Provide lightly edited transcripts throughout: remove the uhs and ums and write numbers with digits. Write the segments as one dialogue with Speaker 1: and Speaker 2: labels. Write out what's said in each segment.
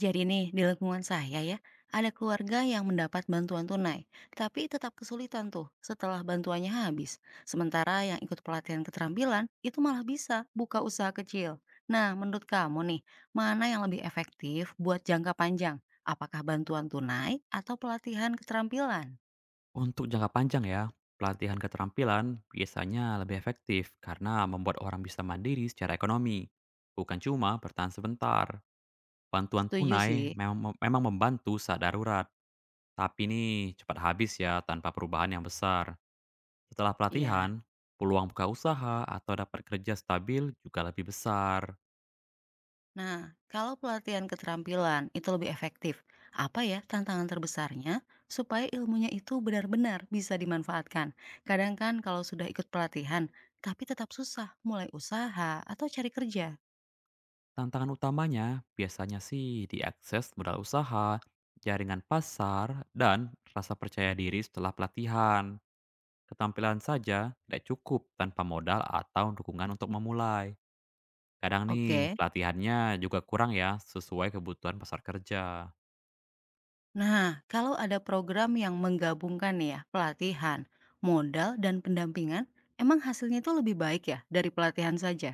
Speaker 1: Jadi nih, di lingkungan saya ya, ada keluarga yang mendapat bantuan tunai, tapi tetap kesulitan tuh setelah bantuannya habis. Sementara yang ikut pelatihan keterampilan itu malah bisa buka usaha kecil. Nah, menurut kamu nih, mana yang lebih efektif buat jangka panjang? Apakah bantuan tunai atau pelatihan keterampilan?
Speaker 2: Untuk jangka panjang ya, pelatihan keterampilan biasanya lebih efektif karena membuat orang bisa mandiri secara ekonomi. Bukan cuma bertahan sebentar. Bantuan
Speaker 1: Setuju sih.
Speaker 2: tunai memang membantu saat darurat. Tapi nih cepat habis ya tanpa perubahan yang besar. Setelah
Speaker 1: Iya.
Speaker 2: pelatihan, peluang buka usaha atau dapat kerja stabil juga lebih besar.
Speaker 1: Nah, kalau pelatihan keterampilan itu lebih efektif, apa ya tantangan terbesarnya supaya ilmunya itu benar-benar bisa dimanfaatkan? Kadang kan kalau sudah ikut pelatihan, tapi tetap susah mulai usaha atau cari kerja.
Speaker 2: Tantangan utamanya biasanya sih diakses modal usaha, jaringan pasar, dan rasa percaya diri setelah pelatihan. Ketampilan saja tidak cukup tanpa modal atau dukungan untuk memulai. Kadang nih,
Speaker 1: Oke,
Speaker 2: pelatihannya juga kurang ya sesuai kebutuhan pasar kerja.
Speaker 1: nah kalau ada program yang menggabungkan nih ya pelatihan, modal, dan pendampingan, emang hasilnya itu lebih baik ya dari pelatihan saja?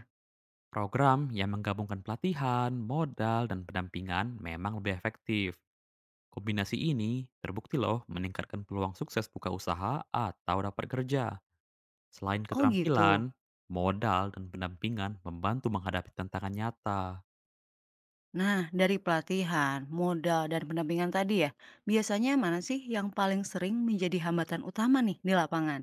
Speaker 2: Program yang menggabungkan pelatihan, modal, dan pendampingan memang lebih efektif. Kombinasi ini terbukti loh meningkatkan peluang sukses buka usaha atau dapat kerja. Selain
Speaker 1: Oh gitu.
Speaker 2: keterampilan, modal dan pendampingan membantu menghadapi tantangan nyata.
Speaker 1: Nah, dari pelatihan, modal, dan pendampingan tadi ya, biasanya mana sih yang paling sering menjadi hambatan utama nih di lapangan?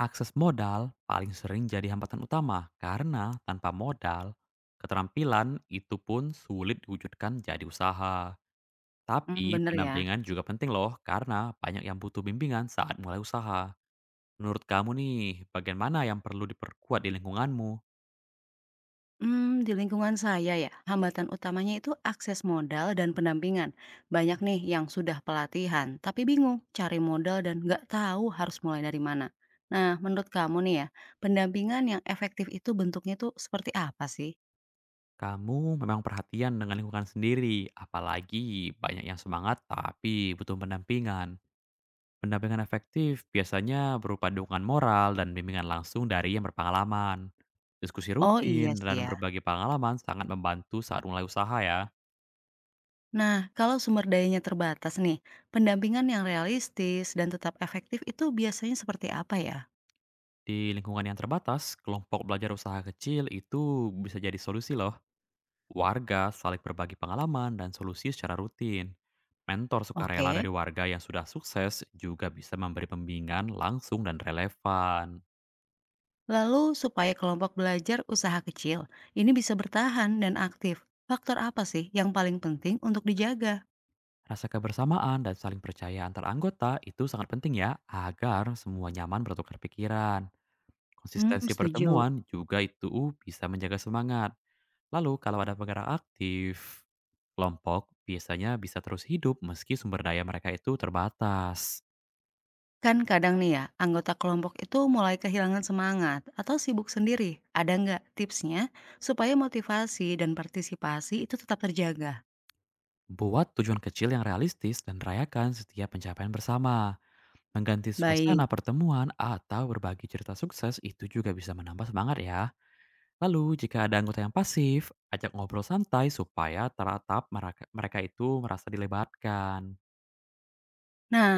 Speaker 2: Akses modal paling sering jadi hambatan utama karena tanpa modal, keterampilan itu pun sulit diwujudkan jadi usaha.
Speaker 1: Hmm,
Speaker 2: Tapi
Speaker 1: bener ya.
Speaker 2: pendampingan juga penting loh karena banyak yang butuh bimbingan saat mulai usaha. Menurut kamu nih, bagian mana yang perlu diperkuat di lingkunganmu?
Speaker 1: Hmm, di lingkungan saya ya, hambatan utamanya itu akses modal dan pendampingan. Banyak nih yang sudah pelatihan, tapi bingung cari modal dan nggak tahu harus mulai dari mana. Nah, menurut kamu nih ya, pendampingan yang efektif itu bentuknya tuh seperti apa sih?
Speaker 2: Kamu memang perhatian dengan lingkungan sendiri, apalagi banyak yang semangat tapi butuh pendampingan. Pendampingan efektif biasanya berupa dukungan moral dan bimbingan langsung dari yang berpengalaman. Diskusi
Speaker 1: Oh iya
Speaker 2: rutin
Speaker 1: sih
Speaker 2: dan
Speaker 1: ya.
Speaker 2: berbagi pengalaman sangat membantu saat mulai usaha ya.
Speaker 1: Nah, kalau sumber dayanya terbatas nih, pendampingan yang realistis dan tetap efektif itu biasanya seperti apa ya?
Speaker 2: Di lingkungan yang terbatas, kelompok belajar usaha kecil itu bisa jadi solusi loh. Warga saling berbagi pengalaman dan solusi secara rutin. Mentor sukarela
Speaker 1: Oke,
Speaker 2: dari warga yang sudah sukses juga bisa memberi pembimbingan langsung dan relevan.
Speaker 1: lalu supaya kelompok belajar usaha kecil ini bisa bertahan dan aktif, faktor apa sih yang paling penting untuk dijaga?
Speaker 2: Rasa kebersamaan dan saling percaya antar anggota itu sangat penting ya, agar semua nyaman bertukar pikiran.
Speaker 1: Hmm,
Speaker 2: Konsistensi
Speaker 1: setuju.
Speaker 2: pertemuan juga itu bisa menjaga semangat. Lalu kalau ada penggerak aktif, kelompok biasanya bisa terus hidup meski sumber daya mereka itu terbatas.
Speaker 1: Kan kadang nih ya, anggota kelompok itu mulai kehilangan semangat atau sibuk sendiri. Ada nggak tipsnya supaya motivasi dan partisipasi itu tetap terjaga?
Speaker 2: Buat tujuan kecil yang realistis dan rayakan setiap pencapaian bersama. Mengganti
Speaker 1: Baik.
Speaker 2: suasana pertemuan atau berbagi cerita sukses itu juga bisa menambah semangat ya. Lalu, jika ada anggota yang pasif, ajak ngobrol santai supaya teratap mereka itu merasa dilebatkan.
Speaker 1: Nah,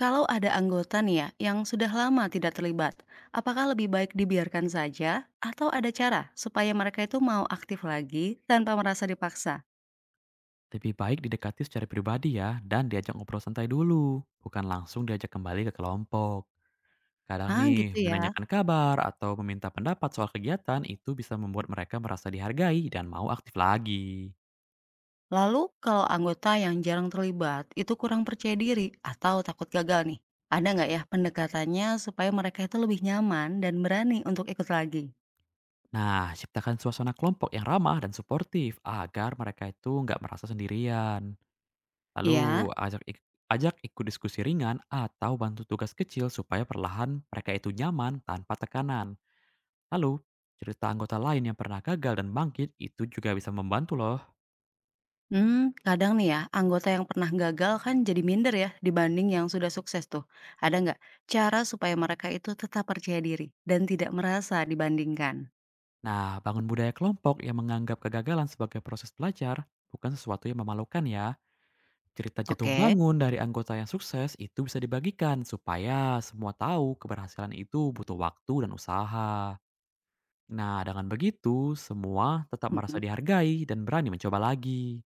Speaker 1: kalau ada anggota nih ya yang sudah lama tidak terlibat, apakah lebih baik dibiarkan saja atau ada cara supaya mereka itu mau aktif lagi tanpa merasa dipaksa?
Speaker 2: Lebih baik didekati secara pribadi ya, dan diajak ngobrol santai dulu, bukan langsung diajak kembali ke kelompok. Kadang
Speaker 1: Ah,
Speaker 2: nih,
Speaker 1: gitu ya.
Speaker 2: menanyakan kabar atau meminta pendapat soal kegiatan itu bisa membuat mereka merasa dihargai dan mau aktif lagi.
Speaker 1: Lalu kalau anggota yang jarang terlibat itu kurang percaya diri atau takut gagal nih, ada nggak ya pendekatannya supaya mereka itu lebih nyaman dan berani untuk ikut lagi?
Speaker 2: Nah, ciptakan suasana kelompok yang ramah dan suportif agar mereka itu nggak merasa sendirian. Lalu
Speaker 1: Iya.
Speaker 2: ajak ikut diskusi ringan atau bantu tugas kecil supaya perlahan mereka itu nyaman tanpa tekanan. Lalu, cerita anggota lain yang pernah gagal dan bangkit itu juga bisa membantu loh.
Speaker 1: Mmm, kadang nih ya, anggota yang pernah gagal kan jadi minder ya dibanding yang sudah sukses tuh. Ada nggak cara supaya mereka itu tetap percaya diri dan tidak merasa dibandingkan?
Speaker 2: Nah, bangun budaya kelompok yang menganggap kegagalan sebagai proses belajar bukan sesuatu yang memalukan ya. Cerita jatuh
Speaker 1: Oke.
Speaker 2: bangun dari anggota yang sukses itu bisa dibagikan supaya semua tahu keberhasilan itu butuh waktu dan usaha. Nah, dengan begitu semua tetap merasa
Speaker 1: Mhm.
Speaker 2: dihargai dan berani mencoba lagi.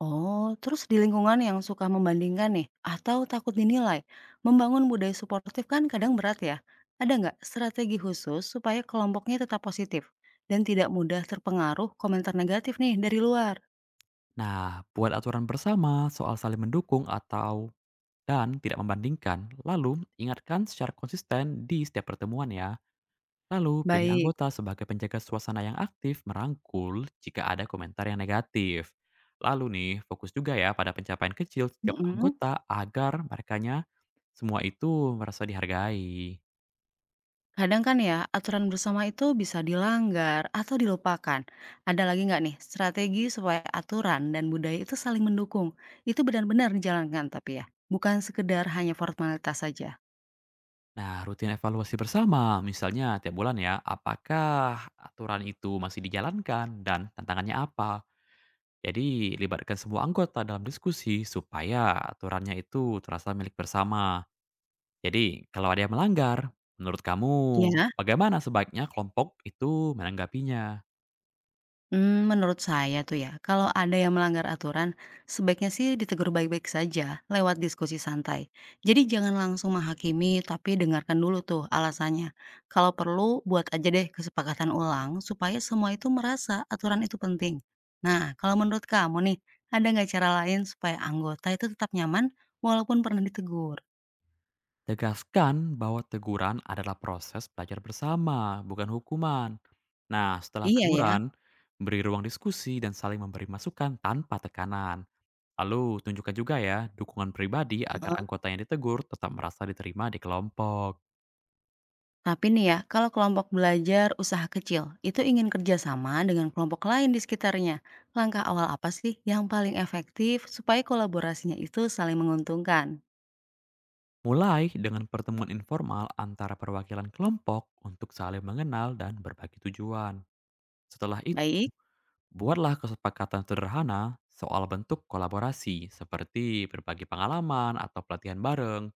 Speaker 1: Oh, terus di lingkungan yang suka membandingkan nih atau takut dinilai, membangun budaya suportif kan kadang berat ya. Ada nggak strategi khusus supaya kelompoknya tetap positif dan tidak mudah terpengaruh komentar negatif nih dari luar?
Speaker 2: Nah, buat aturan bersama soal saling mendukung atau dan tidak membandingkan, lalu ingatkan secara konsisten di setiap pertemuan ya. Lalu pilih
Speaker 1: Baik.
Speaker 2: anggota sebagai penjaga suasana yang aktif merangkul jika ada komentar yang negatif. Lalu nih, fokus juga ya pada pencapaian kecil setiap
Speaker 1: Mhm.
Speaker 2: anggota agar merekanya semua itu merasa dihargai.
Speaker 1: Kadang kan ya, aturan bersama itu bisa dilanggar atau dilupakan. Ada lagi nggak nih strategi supaya aturan dan budaya itu saling mendukung? Itu benar-benar dijalankan tapi ya, bukan sekedar hanya formalitas saja.
Speaker 2: Nah, rutin evaluasi bersama, misalnya tiap bulan ya, apakah aturan itu masih dijalankan dan tantangannya apa? Jadi, libatkan semua anggota dalam diskusi supaya aturannya itu terasa milik bersama. Jadi, kalau ada yang melanggar, menurut kamu
Speaker 1: Ya.
Speaker 2: bagaimana sebaiknya kelompok itu menanggapinya?
Speaker 1: Hmm, menurut saya tuh ya, kalau ada yang melanggar aturan, sebaiknya sih ditegur baik-baik saja lewat diskusi santai. Jadi jangan langsung menghakimi, tapi dengarkan dulu tuh alasannya. Kalau perlu, buat aja deh kesepakatan ulang supaya semua itu merasa aturan itu penting. Nah, kalau menurut kamu nih, ada nggak cara lain supaya anggota itu tetap nyaman walaupun pernah ditegur?
Speaker 2: Tegaskan bahwa teguran adalah proses belajar bersama, bukan hukuman. Nah, setelah
Speaker 1: Iya ya?
Speaker 2: teguran, beri ruang diskusi dan saling memberi masukan tanpa tekanan. Lalu, tunjukkan juga ya dukungan pribadi agar anggota yang ditegur tetap merasa diterima di kelompok.
Speaker 1: Tapi nih ya, kalau kelompok belajar usaha kecil itu ingin kerjasama dengan kelompok lain di sekitarnya, langkah awal apa sih yang paling efektif supaya kolaborasinya itu saling menguntungkan?
Speaker 2: Mulai dengan pertemuan informal antara perwakilan kelompok untuk saling mengenal dan berbagi tujuan. Setelah itu,
Speaker 1: Baik,
Speaker 2: buatlah kesepakatan sederhana soal bentuk kolaborasi seperti berbagi pengalaman atau pelatihan bareng.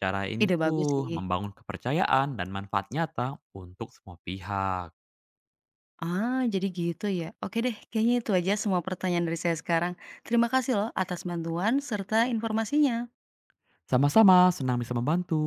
Speaker 2: Cara ini
Speaker 1: ide bagus
Speaker 2: tuh
Speaker 1: sih.
Speaker 2: membangun kepercayaan dan manfaat nyata untuk semua pihak.
Speaker 1: Ah, jadi gitu ya. Oke deh, kayaknya itu aja semua pertanyaan dari saya sekarang. Terima kasih loh atas bantuan serta informasinya.
Speaker 2: Sama-sama senang bisa membantu.